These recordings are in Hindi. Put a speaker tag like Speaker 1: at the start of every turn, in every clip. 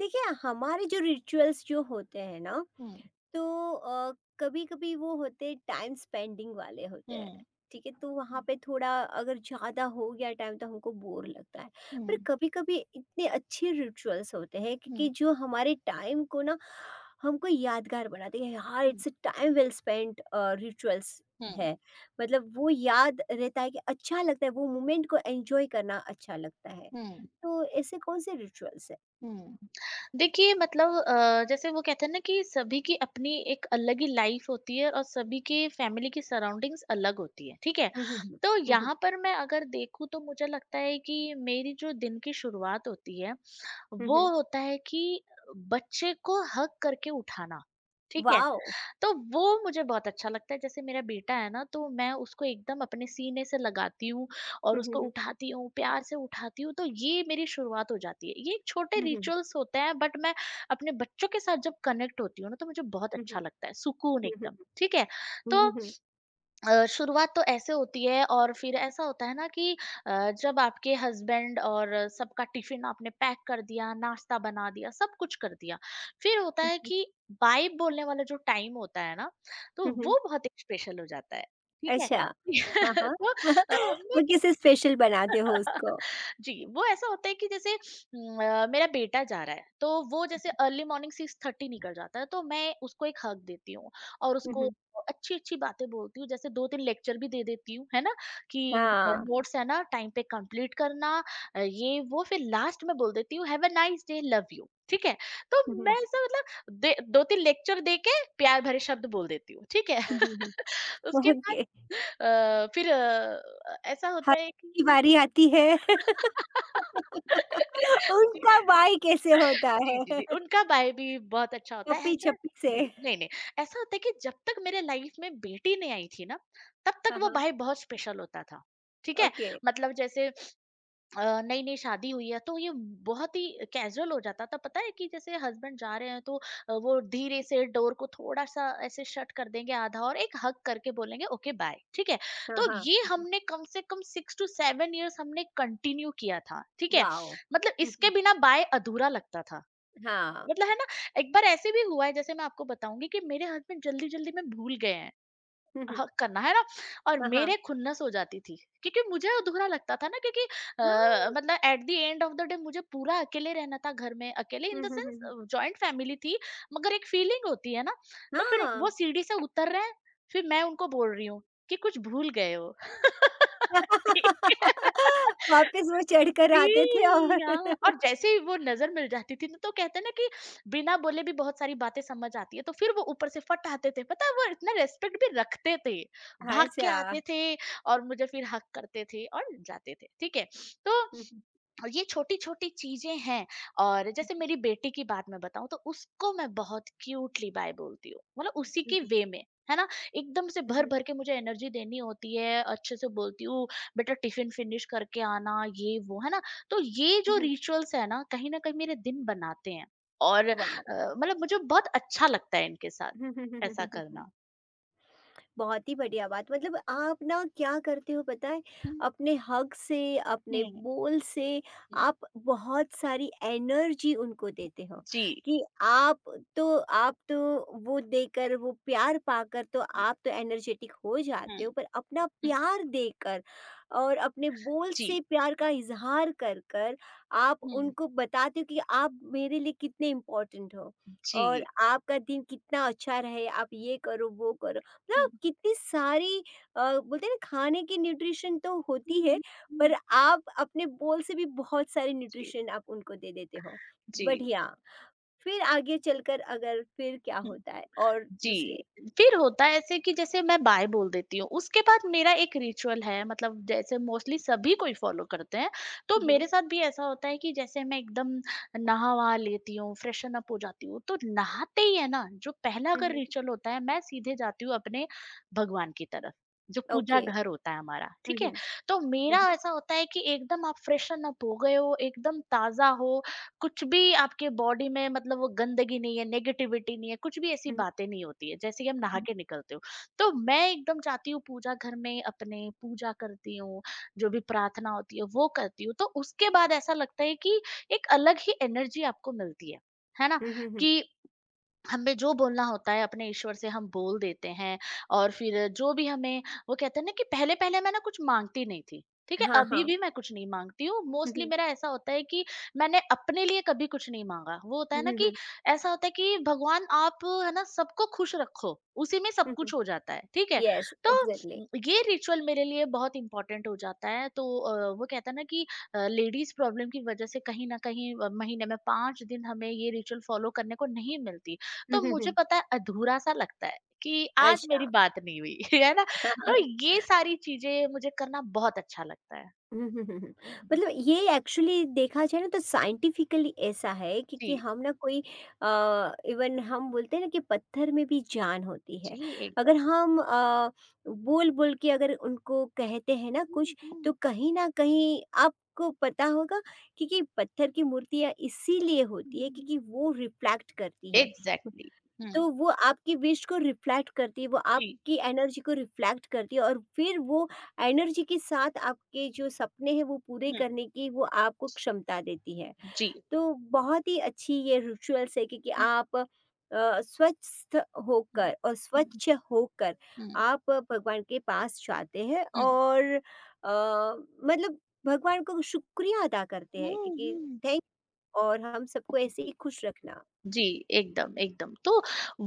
Speaker 1: देखिए, हमारे जो रिचुअल्स जो होते हैं ना
Speaker 2: हुँ,
Speaker 1: तो कभी कभी वो होते टाइम स्पेंडिंग वाले होते हैं।
Speaker 2: हुँ,
Speaker 1: ठीक है, तो वहाँ
Speaker 2: हुँ,
Speaker 1: पे थोड़ा अगर ज़्यादा हो गया टाइम तो हमको बोर लगता है।
Speaker 2: हुँ,
Speaker 1: पर कभी कभी इतने अच्छे रिचुअल्स होते हैं कि जो हमारे टाइम को ना हमको यादगार बनाते हैं यार,
Speaker 2: हुँ,
Speaker 1: it's a time well spent rituals
Speaker 2: हुँ,
Speaker 1: है। मतलब वो याद रहता है कि अच्छा लगता है, वो मोमेंट को एंजॉय करना अच्छा लगता है।
Speaker 2: हुँ,
Speaker 1: तो ऐसे कौन से रिचुअल्स?
Speaker 2: हुँ। देखिए मतलब जैसे वो कहते हैं ना कि सभी की अपनी एक अलग ही लाइफ होती है और सभी की फैमिली की सराउंडिंग्स अलग होती है, ठीक है?
Speaker 1: हुँ, हुँ, हुँ।
Speaker 2: तो
Speaker 1: हुँ, हुँ।
Speaker 2: यहाँ पर मैं अगर देखूँ तो मुझे लगता है कि मेरी जो दिन की शुरुआत होती है,
Speaker 1: हुँ,
Speaker 2: वो
Speaker 1: हुँ।
Speaker 2: होता है कि बच्चे को हग करके उठाना, ठीक है?
Speaker 1: वाओ!
Speaker 2: तो वो मुझे बहुत अच्छा लगता है जैसे मेरा बेटा है ना तो मैं उसको एकदम अपने सीने से लगाती हूँ और
Speaker 1: हुँ, हुँ,
Speaker 2: उसको
Speaker 1: हुँ।
Speaker 2: उठाती हूँ प्यार से उठाती हूँ तो ये मेरी शुरुआत हो जाती है ये एक छोटे
Speaker 1: हुँ, हुँ।
Speaker 2: रिचुअल्स होते हैं बट मैं अपने बच्चों के साथ जब कनेक्ट होती हूँ ना तो मुझे बहुत
Speaker 1: हुँ, हुँ।
Speaker 2: अच्छा लगता है सुकून
Speaker 1: हुँ,
Speaker 2: एकदम
Speaker 1: हुँ।
Speaker 2: ठीक है
Speaker 1: हुँ,
Speaker 2: तो
Speaker 1: हुँ, हुँ।
Speaker 2: शुरुआत तो ऐसे होती है और फिर ऐसा होता है ना कि जब आपके हस्बैंड और सबका टिफिन आपने पैक कर दिया, नाश्ता बना दिया, सब कुछ कर दिया। फिर होता है कि बाय बोलने वाला जो टाइम होता है ना, तो
Speaker 1: हुँ, हुँ।
Speaker 2: वो बहुत स्पेशल हो जाता है। ठीक है?
Speaker 1: अच्छा। हाँ, हाँ।
Speaker 2: तो मैं
Speaker 1: वो किसे स्पेशल बनाते हो उसको?
Speaker 2: जी, वो ऐसा होता है कि जैसे मेरा बेटा जा रहा है, तो वो जैसे अर्ली मॉर्निंग 6:30 निकल जाता है, तो मैं उसको एक हग देती हूँ और
Speaker 1: हुँ,
Speaker 2: उसको
Speaker 1: हुँ।
Speaker 2: अच्छी-अच्छी बातें बोलती हूँ, जैसे 2-3 लेक्चर भी दे देती हूँ, है ना? कि
Speaker 1: हाँ।
Speaker 2: नोट्स है ना टाइम पे कंप्लीट करना ये वो फिर लास्ट में बोल देती हूँ, have a nice day, love you, ठीक है? तो
Speaker 1: हुँ,
Speaker 2: मैं
Speaker 1: हुँ।
Speaker 2: ऐसा मतलब दे 2-3 लेक्चर दे के प्यार भरे शब्द बोल देती हूँ, ठीक है?
Speaker 1: हुँ, हुँ, हुँ।
Speaker 2: उसके बाद
Speaker 1: ओके।
Speaker 2: अ, फिर अ, ऐसा
Speaker 1: हर
Speaker 2: होता है कि
Speaker 1: की बारी आती है।
Speaker 2: जी।
Speaker 1: उनका बाय कैसे होता
Speaker 2: जी, जी,
Speaker 1: है?
Speaker 2: जी, उनका बाय भी बहुत अच्छा होता है ऐसा
Speaker 1: गप्पी-छप्पी से।
Speaker 2: जी, नहीं, नहीं, ऐसा होता है कि जब तक मेरे लाइफ में बेटी नहीं आई थी ना, तब
Speaker 1: हाँ,
Speaker 2: तक वो
Speaker 1: हाँ।
Speaker 2: बाय बहुत स्पेशल होता था, ठीक है?
Speaker 1: ओके।
Speaker 2: मतलब जैसे नई नई शादी हुई है तो ये बहुत ही कैजुअल हो जाता था पता है कि जैसे हस्बैंड जा रहे हैं तो वो धीरे से डोर को थोड़ा सा ऐसे शट कर देंगे आधा और एक हक करके बोलेंगे ओके बाय ठीक है
Speaker 1: हाँ,
Speaker 2: तो
Speaker 1: हाँ।
Speaker 2: ये हमने कम से कम 6-7 इयर्स हमने कंटिन्यू किया था ठीक है
Speaker 1: वाओ!
Speaker 2: मतलब
Speaker 1: हुँ,
Speaker 2: इसके
Speaker 1: हुँ।
Speaker 2: बिना बाय अधूरा लगता था
Speaker 1: हाँ।
Speaker 2: मतलब है ना एक बार ऐसे भी हुआ है जैसे मैं आपको बताऊंगी कि मेरे हस्बैंड जल्दी जल्दी में भूल गए हैं
Speaker 1: हुँ, हुँ।
Speaker 2: ह करना, है ना? और
Speaker 1: हाँ, हाँ।
Speaker 2: मेरे खुन्नस हो जाती थी, क्योंकि मुझे अधूरा लगता था ना क्योंकि
Speaker 1: हाँ।
Speaker 2: मतलब at the end of the day मुझे पूरा अकेले रहना था घर में, अकेले
Speaker 1: हुँ,
Speaker 2: in the
Speaker 1: hmm, hmm,
Speaker 2: sense
Speaker 1: हुँ।
Speaker 2: जॉइंट फैमिली थी, मगर एक फीलिंग होती है ना, तो फिर
Speaker 1: हाँ।
Speaker 2: वो सीढ़ी से उतर रहे हैं, फिर मैं उनको बोल रही हूँ कि कुछ भूल गए हो। ठीक है।
Speaker 1: वापस वो चढ़कर आते थे और
Speaker 2: जी, हाँ, और जैसे ही वो नज़र मिल जाती थी ना तो कहते हैं ना कि बिना बोले भी बहुत सारी बातें समझ आती है, तो फिर वो ऊपर से फट आते थे, पता है वो इतना रिस्पेक्ट भी रखते थे, भाग के
Speaker 1: अच्छा।
Speaker 2: आते थे और मुझे फिर हग करते थे और जाते थे, ठीक है? तो
Speaker 1: हुँ,
Speaker 2: और ये छोटी-छोटी चीज़ें हैं और जैसे मेरी बेटी की बात मैं बताऊँ तो उसको मैं बहुत क्यूटली बाय बोलती हूँ। मतलब
Speaker 1: हुँ,
Speaker 2: उसी के
Speaker 1: हुँ,
Speaker 2: वे में, है ना? एकदम से
Speaker 1: हुँ, हुँ,
Speaker 2: भर-भर के मुझे एनर्जी देनी होती है, अच्छे से बोलती हूँ, "बेटा टिफ़िन फिनिश करके आना" ये वो, है ना? तो ये
Speaker 1: हुँ,
Speaker 2: जो
Speaker 1: हुँ,
Speaker 2: रिचुअल्स है ना, कहीं न कहीं मेरे दिन बनाते हैं और
Speaker 1: वाओ!
Speaker 2: मतलब मुझे बहुत अच्छा लगता है इनके साथ ऐसा करना।
Speaker 1: बहुत ही बढ़िया बात। मतलब आप ना क्या करते हो पता है,
Speaker 2: हुँ,
Speaker 1: अपने हक से, अपने
Speaker 2: हुँ,
Speaker 1: बोल से
Speaker 2: हुँ,
Speaker 1: आप बहुत सारी एनर्जी उनको देते हो।
Speaker 2: जी।
Speaker 1: कि आप तो वो देकर वो प्यार पाकर तो
Speaker 2: हुँ,
Speaker 1: आप तो एनर्जेटिक हो
Speaker 2: हुँ,
Speaker 1: जाते हो, पर अपना
Speaker 2: हुँ,
Speaker 1: प्यार देकर और अपने बोल
Speaker 2: जी।
Speaker 1: से प्यार का इजहार कर कर आप
Speaker 2: हुँ,
Speaker 1: उनको बताते हो कि आप मेरे लिए कितने इम्पोर्टेंट हो, और
Speaker 2: जी।
Speaker 1: आपका दिन कितना अच्छा रहे, आप ये करो वो करो।
Speaker 2: हुँ,
Speaker 1: मतलब कितनी सारी बोलते हैं ना खाने की न्यूट्रिशन तो होती
Speaker 2: हुँ,
Speaker 1: है,
Speaker 2: हुँ,
Speaker 1: पर आप अपने बोल से भी बहुत सारी
Speaker 2: जी।
Speaker 1: न्यूट्रिशन आप उनको दे देते हो।
Speaker 2: जी।
Speaker 1: बढ़िया, फिर आगे चलकर अगर फिर क्या
Speaker 2: हुँ,
Speaker 1: होता है और दूसरे?
Speaker 2: जी। फिर होता है ऐसे कि जैसे मैं बाय बोल देती हूँ, उसके बाद मेरा एक रिचुअल है मतलब जैसे मोस्टली सभी कोई फ़ॉलो करते हैं। तो
Speaker 1: हुँ, हुँ,
Speaker 2: मेरे साथ भी ऐसा होता है कि जैसे मैं एकदम नहा-वहा लेती हूँ, फ्रेशन अप हो जाती हूँ, तो नहाते ही है ना, जो पहला
Speaker 1: हुँ,
Speaker 2: अगर
Speaker 1: हुँ,
Speaker 2: रिचुअल होता है, मैं सीधे जाती हूँ अपने भगवान की तरफ, जो पूजा
Speaker 1: ओके।
Speaker 2: घर होता है हमारा,
Speaker 1: हुँ,
Speaker 2: ठीक है?
Speaker 1: हुँ,
Speaker 2: तो
Speaker 1: हुँ,
Speaker 2: मेरा
Speaker 1: हुँ,
Speaker 2: ऐसा होता है कि एकदम आप फ्रेशन अप हो गए हो, एकदम ताज़ा हो कुछ भी आपके बॉडी में मतलब वो गंदगी नहीं है, नेगेटिविटी नहीं है, कुछ भी ऐसी
Speaker 1: हुँ,
Speaker 2: बातें नहीं होती है, जैसे कि हम नहा
Speaker 1: हुँ,
Speaker 2: के निकलते हो। तो मैं एकदम चाहती हूँ पूजा घर में अपने पूजा करती हूँ, जो भी प्रार्थना होती है वो करती हूँ, तो उसके बाद ऐसा लगता है कि एक अलग ही एनर्जी आपको मिलती है ना?
Speaker 1: हुँ, हुँ, हुँ,
Speaker 2: कि हमें जो बोलना होता है अपने ईश्वर से हम बोल देते हैं और फिर जो भी हमें वो कहते हैं ना कि पहले पहले मैं ना कुछ मांगती नहीं थी ठीक है
Speaker 1: हाँ,
Speaker 2: अभी
Speaker 1: हाँ।
Speaker 2: भी मैं कुछ नहीं मांगती हूँ
Speaker 1: हुँ,
Speaker 2: मोस्टली
Speaker 1: हुँ,
Speaker 2: मेरा ऐसा होता है कि मैंने अपने लिए कभी कुछ नहीं मांगा वो होता
Speaker 1: हुँ,
Speaker 2: है ना
Speaker 1: हुँ,
Speaker 2: कि
Speaker 1: हुँ,
Speaker 2: ऐसा होता है कि भगवान आप है ना सबको खुश रखो उसी में
Speaker 1: हुँ,
Speaker 2: सब
Speaker 1: हुँ,
Speaker 2: कुछ हो जाता है ठीक है
Speaker 1: येस,
Speaker 2: तो
Speaker 1: एग्ज़ैक्टली।
Speaker 2: ये रिचुअल मेरे लिए बहुत इंपॉर्टेंट हो जाता है तो वो कहता है ना कि लेडीज प्रॉब्लम की वजह से कहीं ना कहीं महीने में 5 दिन हमें ये रिचुअल फॉलो करने को नहीं मिलती
Speaker 1: हुँ,
Speaker 2: तो
Speaker 1: हुँ,
Speaker 2: मुझे
Speaker 1: हुँ,
Speaker 2: पता है अधूरा-सा लगता है कि आज
Speaker 1: अच्छा।
Speaker 2: मेरी बात नहीं हुई है ना? तो ये सारी चीज़ें मुझे करना बहुत अच्छा लगता है।
Speaker 1: हम्म, हम्म, हम्म। मतलब ये एक्चुअली देखा जाए ना तो साइंटिफिकली ऐसा है कि
Speaker 2: जी,
Speaker 1: हम ना कोई, इवन हम बोलते हैं ना कि पत्थर में भी जान होती है।
Speaker 2: जी, एकदम।
Speaker 1: अगर हम बोल बोल के अगर उनको कहते हैं ना कुछ,
Speaker 2: हुँ, हुँ,
Speaker 1: तो कहीं ना कहीं आपको पता होगा कि पत्थर की मूर्तियाँ इसीलिए होती है
Speaker 2: हुँ, हुँ।
Speaker 1: क्योंकि वो रिफ्लेक्ट करती है।
Speaker 2: एग्ज़ैक्टली। हुँ,
Speaker 1: तो वो आपकी विश को रिफ्लेक्ट करती है, वो
Speaker 2: जी,
Speaker 1: आपकी एनर्जी को रिफ्लेक्ट करती है, और फिर वो एनर्जी के साथ आपके जो सपने हैं वो पूरे
Speaker 2: हुँ,
Speaker 1: करने की वो आपको क्षमता देती है।
Speaker 2: जी।
Speaker 1: तो बहुत ही अच्छी ये रिचुअल्स है क्योंकि
Speaker 2: हुँ,
Speaker 1: आप स्वस्थ
Speaker 2: हुँ,
Speaker 1: होकर और
Speaker 2: हुँ,
Speaker 1: स्वच्छ होकर आप भगवान के पास जाते हैं
Speaker 2: हुँ,
Speaker 1: और मतलब भगवान को शुक्रिया अदा करते
Speaker 2: हुँ,
Speaker 1: हैं
Speaker 2: हुँ,
Speaker 1: क्योंकि
Speaker 2: हुँ।
Speaker 1: थैंक और हम सबको ऐसे ही
Speaker 2: जी।
Speaker 1: खुश रखना।
Speaker 2: जी, एकदम, एकदम। तो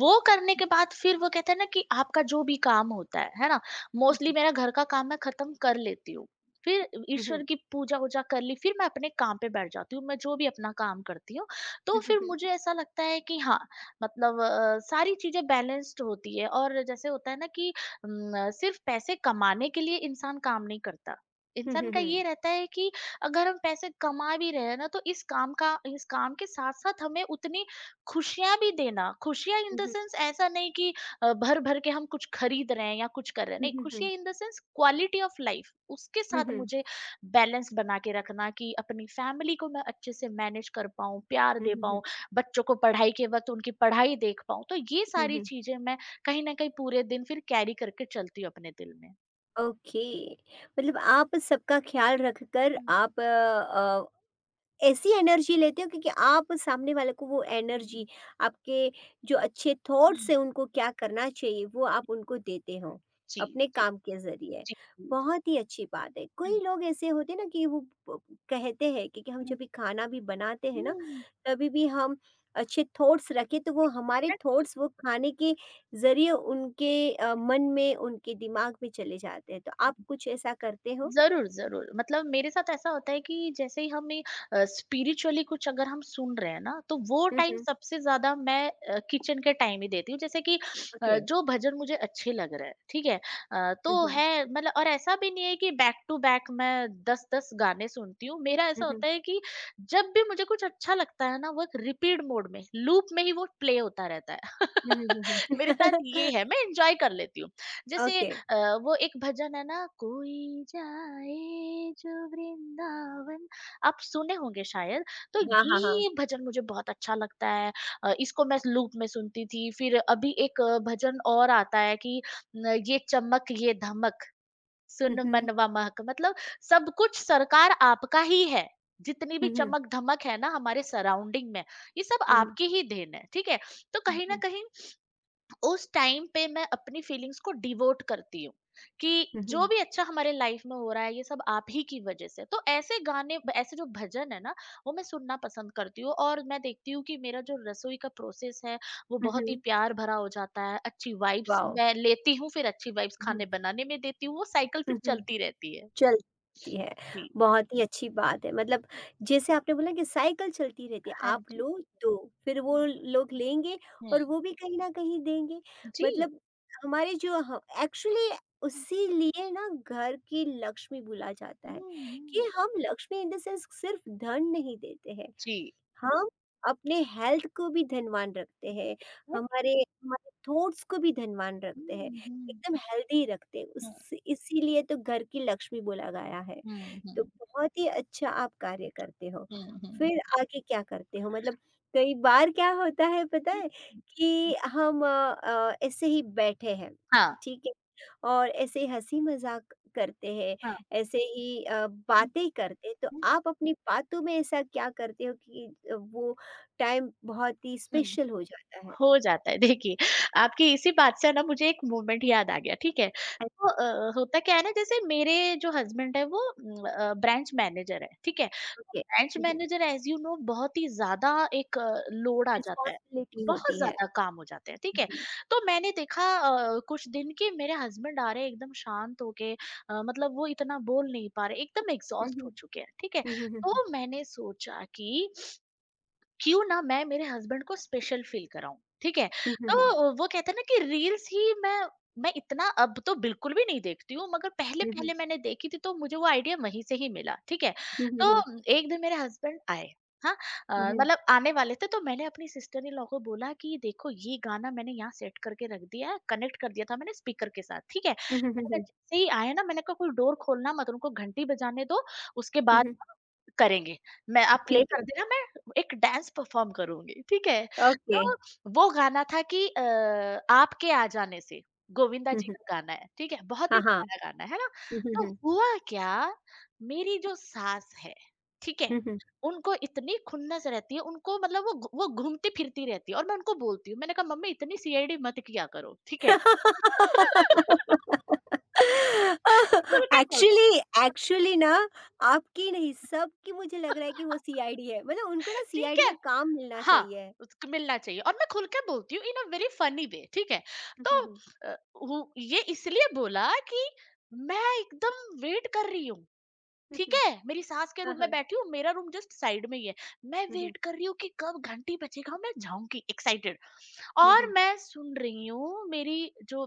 Speaker 2: वो करने के बाद फिर वो कहते हैं ना कि आपका जो भी काम होता है ना? मोस्टली मेरा घर का काम मैं ख़त्म कर लेती हूँ। फिर ईश्वर की पूजा-वूजा कर ली, फिर मैं अपने काम पे बैठ जाती हूँ, मैं जो भी अपना काम करती हूँ। तो फिर मुझे ऐसा लगता है कि हाँ, मतलब सारी चीज़ें बैलेंस्ड होती है और जैसे होता है ना कि सिर्फ़ पैसे कमाने के लिए इंसान काम नहीं करता।
Speaker 1: हुँ,
Speaker 2: इंसान
Speaker 1: हुँ,
Speaker 2: का
Speaker 1: हुँ।
Speaker 2: ये रहता है कि अगर हम पैसे कमा भी रहे हैं ना, तो इस काम के साथ-साथ हमें उतनी खुशियाँ भी देना, खुशियाँ इन
Speaker 1: हुँ,
Speaker 2: द
Speaker 1: हुँ।
Speaker 2: सेंस ऐसा नहीं कि भर-भर के हम कुछ खरीद रहे हैं या कुछ कर रहे हैं,
Speaker 1: हुँ,
Speaker 2: नहीं
Speaker 1: हुँ, हुँ।
Speaker 2: खुशियाँ in the sense quality of life उसके
Speaker 1: हुँ,
Speaker 2: साथ
Speaker 1: हुँ।
Speaker 2: मुझे बैलेंस बना के रखना कि अपनी फैमिली को मैं अच्छे से मैनेज कर पाऊँ, प्यार
Speaker 1: हुँ,
Speaker 2: दे
Speaker 1: हुँ, हुँ।
Speaker 2: पाऊँ, बच्चों को पढ़ाई के वक़्त उनकी पढ़ाई देख पाऊँ, तो ये
Speaker 1: हुँ,
Speaker 2: सारी
Speaker 1: हुँ।
Speaker 2: चीज़ें मैं कहीं न कहीं पूरे दिन फिर कैरी करके चलती हूँ अपने दिल में।
Speaker 1: ओके, मतलब आप सबका ख़्याल रखकर
Speaker 2: हुँ,
Speaker 1: आप ऐसी एनर्जी लेते हो, क्योंकि आप सामने वाले को वो एनर्जी,
Speaker 2: हुँ,
Speaker 1: आपके जो अच्छे थॉट्स
Speaker 2: हुँ,
Speaker 1: हैं उनको क्या करना चाहिए वो आप उनको देते हो
Speaker 2: जी,
Speaker 1: अपने
Speaker 2: जी,
Speaker 1: काम के ज़रिए।
Speaker 2: जी, जी,
Speaker 1: बहुत ही अच्छी बात है।
Speaker 2: हुँ,
Speaker 1: कई लोग ऐसे होते हैं ना कि वो प कहते हैं कि हम
Speaker 2: हुँ,
Speaker 1: जब भी खाना भी बनाते हैं ना,
Speaker 2: हुँ,
Speaker 1: तभी भी हम अच्छे थॉट्स रखें तो वो हमारे
Speaker 2: एग्जैक्टली।
Speaker 1: थॉट्स वो खाने के ज़रिए उनके मन में, उनके दिमाग में चले जाते हैं। तो आप कुछ ऐसा करते हो?
Speaker 2: ज़रूर, ज़रूर। मतलब मेरे साथ ऐसा होता है कि जैसे ही हमें स्पिरिचुअली कुछ अगर हम सुन रहे हैं ना, तो वो
Speaker 1: हुँ,
Speaker 2: टाइम
Speaker 1: हुँ।
Speaker 2: सबसे ज़्यादा मैं किचन के टाइम ही देती हूँ। जैसे कि
Speaker 1: ओके।
Speaker 2: जो भजन मुझे अच्छे लग रहे हैं, ठीक है?
Speaker 1: हुँ,
Speaker 2: तो
Speaker 1: हुँ।
Speaker 2: है मतलब और ऐसा भी नहीं है कि बैक टू बैक मैं 10-10 गाने सुनती हूँ। मेरा
Speaker 1: हुँ,
Speaker 2: ऐसा
Speaker 1: हुँ।
Speaker 2: होता है कि जब भी मुझे कुछ अच्छा लगता है ना, वो एक रिपीट मोड में, लूप में ही वो प्ले होता रहता है।
Speaker 1: हुँ, हुँ, हुँ,
Speaker 2: मेरे साथ
Speaker 1: हुँ।
Speaker 2: ये है, मैं एन्जॉय कर लेती हूँ। जैसे
Speaker 1: ओके,
Speaker 2: अ, वो एक भजन है ना कोई जाए जो वृंदावन आप सुने होंगे शायद तो
Speaker 1: हाँ, हाँ, हाँ।
Speaker 2: ये भजन मुझे बहुत अच्छा लगता है इसको मैं लूप में सुनती थी फिर अभी एक भजन और आता है कि न, ये चमक ये धमक
Speaker 1: हुँ,
Speaker 2: सुन
Speaker 1: हुँ।
Speaker 2: मनवा महक मतलब सब कुछ सरकार आपका ही है जितनी
Speaker 1: हुँ,
Speaker 2: भी
Speaker 1: हुँ।
Speaker 2: चमक धमक है ना हमारे सराउंडिंग में ये सब
Speaker 1: हुँ,
Speaker 2: आपकी ही देन है ठीक है तो
Speaker 1: हुँ,
Speaker 2: कहीं ना
Speaker 1: हुँ।
Speaker 2: कहीं उस टाइम पे मैं अपनी फीलिंग्स को डिवोट करती हूँ कि
Speaker 1: हुँ,
Speaker 2: जो
Speaker 1: हुँ।
Speaker 2: भी अच्छा हमारे लाइफ में हो रहा है ये सब आप ही की वजह से तो ऐसे गाने ऐसे जो भजन है ना वो मैं सुनना पसंद करती हूँ और मैं देखती हूँ कि मेरा जो रसोई का प्रोसेस है वो
Speaker 1: हुँ,
Speaker 2: बहुत ही
Speaker 1: हुँ।
Speaker 2: प्यार भरा हो जाता है अच्छी वाइब्स
Speaker 1: वाओ!
Speaker 2: मैं लेती हूँ फिर अच्छी वाइब्स
Speaker 1: हुँ,
Speaker 2: खाने बनाने में देती हूँ वो साइकिल
Speaker 1: हुँ,
Speaker 2: फिर
Speaker 1: हुँ।
Speaker 2: चलती रहती है
Speaker 1: चलती है,
Speaker 2: जी
Speaker 1: बहुत ही अच्छी बात है। मतलब जैसे आपने बोला कि साइकिल चलती रहती है,
Speaker 2: हाँ
Speaker 1: आप
Speaker 2: जी
Speaker 1: लो, दो, फिर वो
Speaker 2: हम्म
Speaker 1: लोग लेंगे और वो भी कहीं न कहीं देंगे।
Speaker 2: जी
Speaker 1: मतलब हमारे जो ह एक्चुअली उसीलिए ना घर की लक्ष्मी बोला जाता है, कि
Speaker 2: हम्म
Speaker 1: हम लक्ष्मी इन द सेंस सिर्फ धन नहीं देते हैं।
Speaker 2: जी
Speaker 1: हम अपने हेल्थ को भी धनवान रखते हैं, हमारे हमारे थॉट्स को भी धनवान रखते हैं,
Speaker 2: हम्म हम्म
Speaker 1: एकदम हेल्दी रखते हैं,
Speaker 2: हम्म
Speaker 1: उस इसीलिए तो घर की लक्ष्मी बोला गया है।
Speaker 2: हम्म
Speaker 1: तो
Speaker 2: हम्म
Speaker 1: बहुत ही अच्छा आप कार्य करते हो।
Speaker 2: हम्म, हम्म,
Speaker 1: फिर आगे क्या करते हो? मतलब कई बार क्या होता है पता है
Speaker 2: हम्म।
Speaker 1: कि हम ऐसे ही बैठे हैं,
Speaker 2: हाँ,
Speaker 1: ठीक है? और ऐसे ही हँसी-मज़ाक करते हैं,
Speaker 2: हाँ।
Speaker 1: ऐसे ही
Speaker 2: हुँ,
Speaker 1: बातें करते हैं, तो
Speaker 2: हुँ,
Speaker 1: आप अपनी बातों में ऐसा क्या करते हो कि वो टाइम बहुत ही
Speaker 2: हुँ,
Speaker 1: स्पेशल हो जाता है?
Speaker 2: हो जाता है। देखिए, आपकी इसी बात से ना मुझे एक मोमेंट याद आ गया, ठीक है? तो होता क्या है ना जैसे मेरे जो हस्बैंड है वो ब्रांच मैनेजर है, ठीक है? तो
Speaker 1: ओके।
Speaker 2: ब्रांच
Speaker 1: हुँ, हुँ।
Speaker 2: मैनेजर एज़ यू नो बहुत ही ज़्यादा एक लोड आ जाता है।
Speaker 1: रिस्पॉन्सिबिलिटी
Speaker 2: बहुत
Speaker 1: होती है।
Speaker 2: ज़्यादा काम हो जाते हैं, ठीक
Speaker 1: हुँ,
Speaker 2: है?
Speaker 1: हुँ।
Speaker 2: तो मैंने देखा कुछ दिन कि मेरे हस्बैंड आ रहे हैं एकदम शांत होके, मतलब वो इतना बोल नहीं पा रहे, एकदम
Speaker 1: हुँ,
Speaker 2: एग्ज़ॉस्ट
Speaker 1: हुँ।
Speaker 2: हो चुके हैं, ठीक है?
Speaker 1: हुँ, हुँ, हुँ, हुँ।
Speaker 2: तो मैंने सोचा कि क्यों ना मैं मेरे हस्बैंड को स्पेशल फील कराऊँ, ठीक है?
Speaker 1: हुँ, हुँ, हुँ।
Speaker 2: तो वो कहते हैं ना कि रील्स ही मैं इतना अब तो बिल्कुल भी नहीं देखती हूँ, मगर
Speaker 1: हुँ, हुँ, हुँ।
Speaker 2: पहले-पहले मैंने देखी थी तो मुझे वो आइडिया वहीं से ही मिला, ठीक है?
Speaker 1: हुँ, हुँ, हुँ।
Speaker 2: तो एक दिन मेरे हस्बैंड आए, हाँ?
Speaker 1: हुँ, हुँ।
Speaker 2: मतलब आने वाले थे, तो मैंने अपनी सिस्टर इन लॉ को बोला कि देखो, ये गाना मैंने यहाँ सेट करके रख दिया है, कनेक्ट कर दिया था मैंने स्पीकर के साथ, ठीक है?
Speaker 1: हुँ, हुँ, हुँ,
Speaker 2: मैंने कहा
Speaker 1: हुँ।
Speaker 2: जैसे ही आए ना, मैंने कहा कोई डोर खोलना मत, उनको घंटी बजाने दो, उसके
Speaker 1: हुँ,
Speaker 2: बाद
Speaker 1: हुँ।
Speaker 2: करेंगे। मैं आप प्ले
Speaker 1: ठीक है,
Speaker 2: कर देना, मैं एक डांस परफॉर्म करूँगी, ठीक है?
Speaker 1: ओके।
Speaker 2: तो वो गाना था कि आपके आ जाने से, गोविंदा
Speaker 1: हुँ,
Speaker 2: जी
Speaker 1: हुँ।
Speaker 2: का गाना है, ठीक है? बहुत
Speaker 1: हाँ,
Speaker 2: ही
Speaker 1: हाँ।
Speaker 2: प्यारा गाना है ना?
Speaker 1: हुँ, हुँ,
Speaker 2: तो
Speaker 1: हुँ।
Speaker 2: हुआ क्या, मेरी जो सास है, ठीक है?
Speaker 1: हुँ, हुँ।
Speaker 2: उनको इतनी खुन्नस रहती है, उनको मतलब वो घू वो घूमती-फिरती रहती है, और मैं उनको बोलती हूँ, मैंने कहा मम्मी इतनी सीआईडी मत किया करो, ठीक है? खुल के बोल,
Speaker 1: एक्चुअली, एक्चुअली ना, आपकी नहीं, सबकी मुझे लग रहा है कि वो सीआईडी है। मतलब उनको ना
Speaker 2: ठीक
Speaker 1: सीआईडी
Speaker 2: है?
Speaker 1: में काम मिलना
Speaker 2: हाँ,
Speaker 1: चाहिए।
Speaker 2: उसको मिलना चाहिए, और मैं खुल के बोलती हूँ इन अ वेरी फनी वे, ठीक है?
Speaker 1: हुँ,
Speaker 2: तो
Speaker 1: हुँ, हुँ।
Speaker 2: अ, वो ये इसलिए बोला कि मैं एकदम वेट कर रही हूँ,
Speaker 1: हुँ,
Speaker 2: ठीक
Speaker 1: हुँ।
Speaker 2: है? मेरी सास के
Speaker 1: हाँ,
Speaker 2: रूम
Speaker 1: हाँ।
Speaker 2: में बैठी हूँ, मेरा रूम जस्ट साइड में ही है। मैं
Speaker 1: हुँ, हुँ।
Speaker 2: वेट कर रही हूँ कि कब घंटी बजेगा, मैं जाऊँगी एक्साइटेड।
Speaker 1: हुँ,
Speaker 2: और
Speaker 1: हुँ।
Speaker 2: मैं सुन रही हूँ, मेरी जो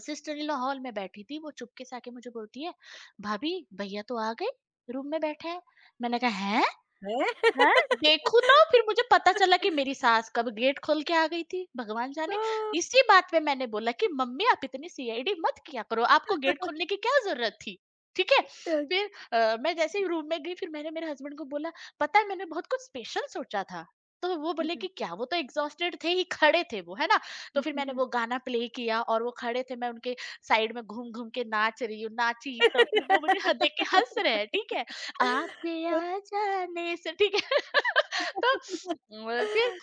Speaker 2: सिस्टर इन लॉ हॉल में बैठी थी वो चुपके से आके मुझे बोलती है, "भाभी, भैया तो आ गए, रूम में बैठे हैं।" मैंने कहा, "हैं?"
Speaker 1: हैं?
Speaker 2: हैं? देखूँ तो फिर मुझे पता चला कि मेरी सास कब गेट खोल के आ गई थी, भगवान जाने।
Speaker 1: ओह!
Speaker 2: इसी बात पे मैंने बोला कि मम्मी, आप इतनी सीआईडी मत किया करो, आपको गेट खोलने की क्या ज़रूरत थी? ठीक है?
Speaker 1: तो
Speaker 2: फिर मैं जैसे ही रूम में गई, फिर मैंने मेरे हस्बैंड को बोला, पता है, मैंने बहुत कुछ स्पेशल सोचा था। तो वो
Speaker 1: हुँ,
Speaker 2: बोले
Speaker 1: हुँ।
Speaker 2: कि क्या? वो तो एग्ज़ॉस्टेड थे ही, खड़े थे वो, है ना? तो
Speaker 1: हुँ,
Speaker 2: फिर
Speaker 1: हुँ,
Speaker 2: मैंने
Speaker 1: हुँ।
Speaker 2: वो गाना प्ले किया, और वो खड़े थे, मैं उनके साइड में घूम-घूम के नाच रही हूँ, नाची, तो फिर वो मुझे ह देख के हँस रहे हैं, ठीक है? आपके आ जाने से, ठीक है। तो फिर
Speaker 1: हुँ,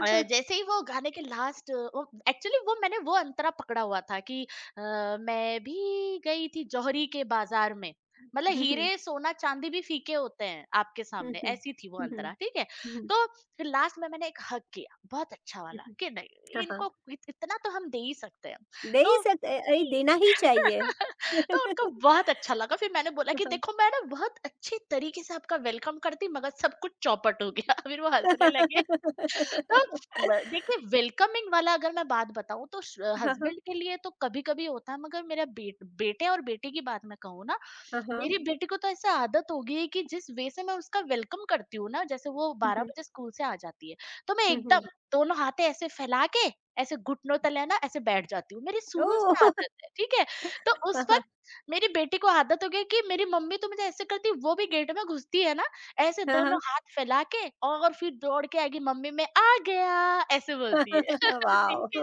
Speaker 2: जैसे ही वो गाने के लास्ट वो एक्चुअली वो, मैंने वो अंतरा पकड़ा हुआ था कि अ, मैं भी गई थी जौहरी के बाजार में, मतलब
Speaker 1: हुँ, हुँ।
Speaker 2: हीरे सोना चांदी भी फीके होते हैं आपके
Speaker 1: हुँ,
Speaker 2: सामने,
Speaker 1: हुँ।
Speaker 2: ऐसी थी वो
Speaker 1: हुँ, हुँ।
Speaker 2: अंतरा, ठीक है।
Speaker 1: हुँ, हुँ। हुँ,
Speaker 2: तो फिर लास्ट में मैंने एक हक किया बहुत अच्छा वाला
Speaker 1: हुँ।
Speaker 2: कि नहीं,
Speaker 1: हाँ, हाँ।
Speaker 2: इनको इतना तो हम दे ही सकते हैं।
Speaker 1: दे ही
Speaker 2: तो
Speaker 1: सकते अरे देना ही चाहिए।
Speaker 2: तो उनको बहुत अच्छा लगा। फिर मैंने बोला कि
Speaker 1: हाँ।
Speaker 2: देखो, मैं ना बहुत अच्छे तरीके से आपका वेलकम करती, मगर सब कुछ चौपट हो गया। फिर वो हंसने लगे। ब देखिए, वेलकमिंग वाला अगर मैं बात बताऊँ, तो श
Speaker 1: हाँ, हाँ।
Speaker 2: हस्बैंड के लिए तो कभी-कभी होता है, मगर मेरा बेटे और बेटी की बात मैं कहूँ ना,
Speaker 1: हाँ, हाँ।
Speaker 2: मेरी बेटी को तो ऐसा आदत हो गई है कि जिस वे से मैं उसका वेलकम करती हूँ ना, जैसे वो
Speaker 1: हुँ,
Speaker 2: 12
Speaker 1: हुँ।
Speaker 2: बजे स्कूल से आ जाती है, तो मैं
Speaker 1: हुँ, हुँ।
Speaker 2: एकदम दोनों हाथे ऐसे फैला के, ऐसे घुटनों तले ना, ऐसे बैठ जाती हूँ, मेरी शुरू से
Speaker 1: ओह!
Speaker 2: आदत है, ठीक है। तो उस वक्त मेरी बेटी को आदत हो गई कि मेरी मम्मी तो मुझे ऐसे करती, वो भी गेट में घुसती है ना ऐसे
Speaker 1: हाँ,
Speaker 2: दोनों
Speaker 1: हाँ।
Speaker 2: हाथ फैला के, और फिर दौड़ के आएगी, मम्मी मैं आ गया, ऐसे बोलती
Speaker 1: हाँ,
Speaker 2: है।
Speaker 1: हाँ।
Speaker 2: ठीक
Speaker 1: वाओ!
Speaker 2: है।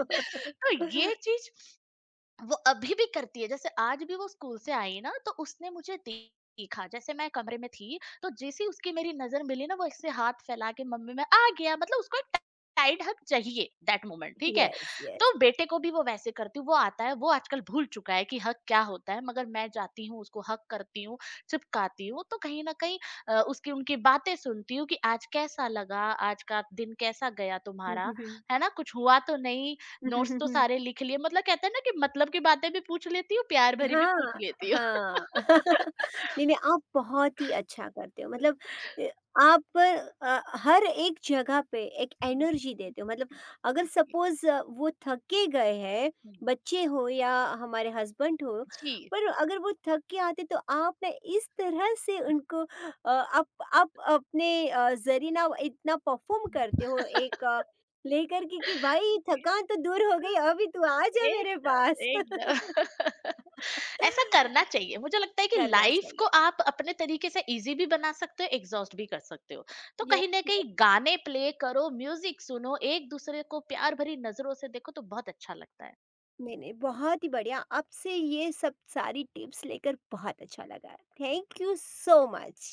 Speaker 2: तो ये चीज वो अभी भी करती है, जैसे आज भी वो स्कूल से आई ना, तो उसने मुझे देखा, जैसे मैं कमरे में थी, तो जैसे ही उसकी मेरी नजर मिली ना, वो ऐसे हाथ फैला के, मम्मी में आ गया, मतलब उसको एक टाइट हक चाहिए दैट मोमेंट, ठीक है।
Speaker 1: येस,
Speaker 2: तो
Speaker 1: येस।
Speaker 2: बेटे को भी वो वैसे करती हूँ, वो आता है, वो आजकल भूल चुका है कि हक क्या होता है, मगर मैं जाती हूँ, उसको हक करती हूँ, चिपकाती हूँ। तो कहीं ना कहीं उसकी उनकी बातें सुनती हूँ कि आज कैसा लगा, आज का दिन कैसा गया
Speaker 1: हुँ,
Speaker 2: तुम्हारा,
Speaker 1: हुँ, हुँ।
Speaker 2: है ना, कुछ हुआ तो नहीं, नोट्स तो सारे लिख लिए, मतलब कहते हैं ना कि मतलब की बातें भी पूछ लेती हूँ, प्यार भरी भी
Speaker 1: हाँ,
Speaker 2: पूछ लेती हूँ।
Speaker 1: हाँ। नहीं, नहीं, आप बहुत ही अच्छा करते हो। मतलब अ, आप हर एक जगह पे एक एनर्जी देते हो। मतलब अगर
Speaker 2: जी।
Speaker 1: सपोज़ वो थके गए हैं,
Speaker 2: हुँ।
Speaker 1: बच्चे हो या हमारे हस्बैंड हो,
Speaker 2: जी।
Speaker 1: पर अगर वो थक के आते तो आपने इस तरह से उनको, अ, आप आप अपने ज़रिए ना इतना परफ़ॉर्म करते
Speaker 2: हुँ।
Speaker 1: हो एक लेकर के कि भाई
Speaker 2: जी।
Speaker 1: थकान तो दूर हो गई, अभी तू आ जा मेरे
Speaker 2: एकदम,
Speaker 1: पास।
Speaker 2: एकदम। ऐसा करना चाहिए। मुझे लगता है कि
Speaker 1: करना
Speaker 2: लाइफ़ को
Speaker 1: चाहिए।
Speaker 2: आप अपने तरीके से ईज़ी भी बना सकते हो, एग्ज़ॉस्ट भी कर सकते हो। तो कहीं
Speaker 1: यस,
Speaker 2: न कहीं
Speaker 1: यस,
Speaker 2: गाने प्ले करो, म्यूज़िक सुनो, एक-दूसरे को प्यार भरी नज़रों से देखो, तो बहुत अच्छा लगता है।
Speaker 1: मैंने बहुत ही बढ़िया आपसे ये सब सारी टिप्स लेकर बहुत अच्छा लगा। Thank you so much.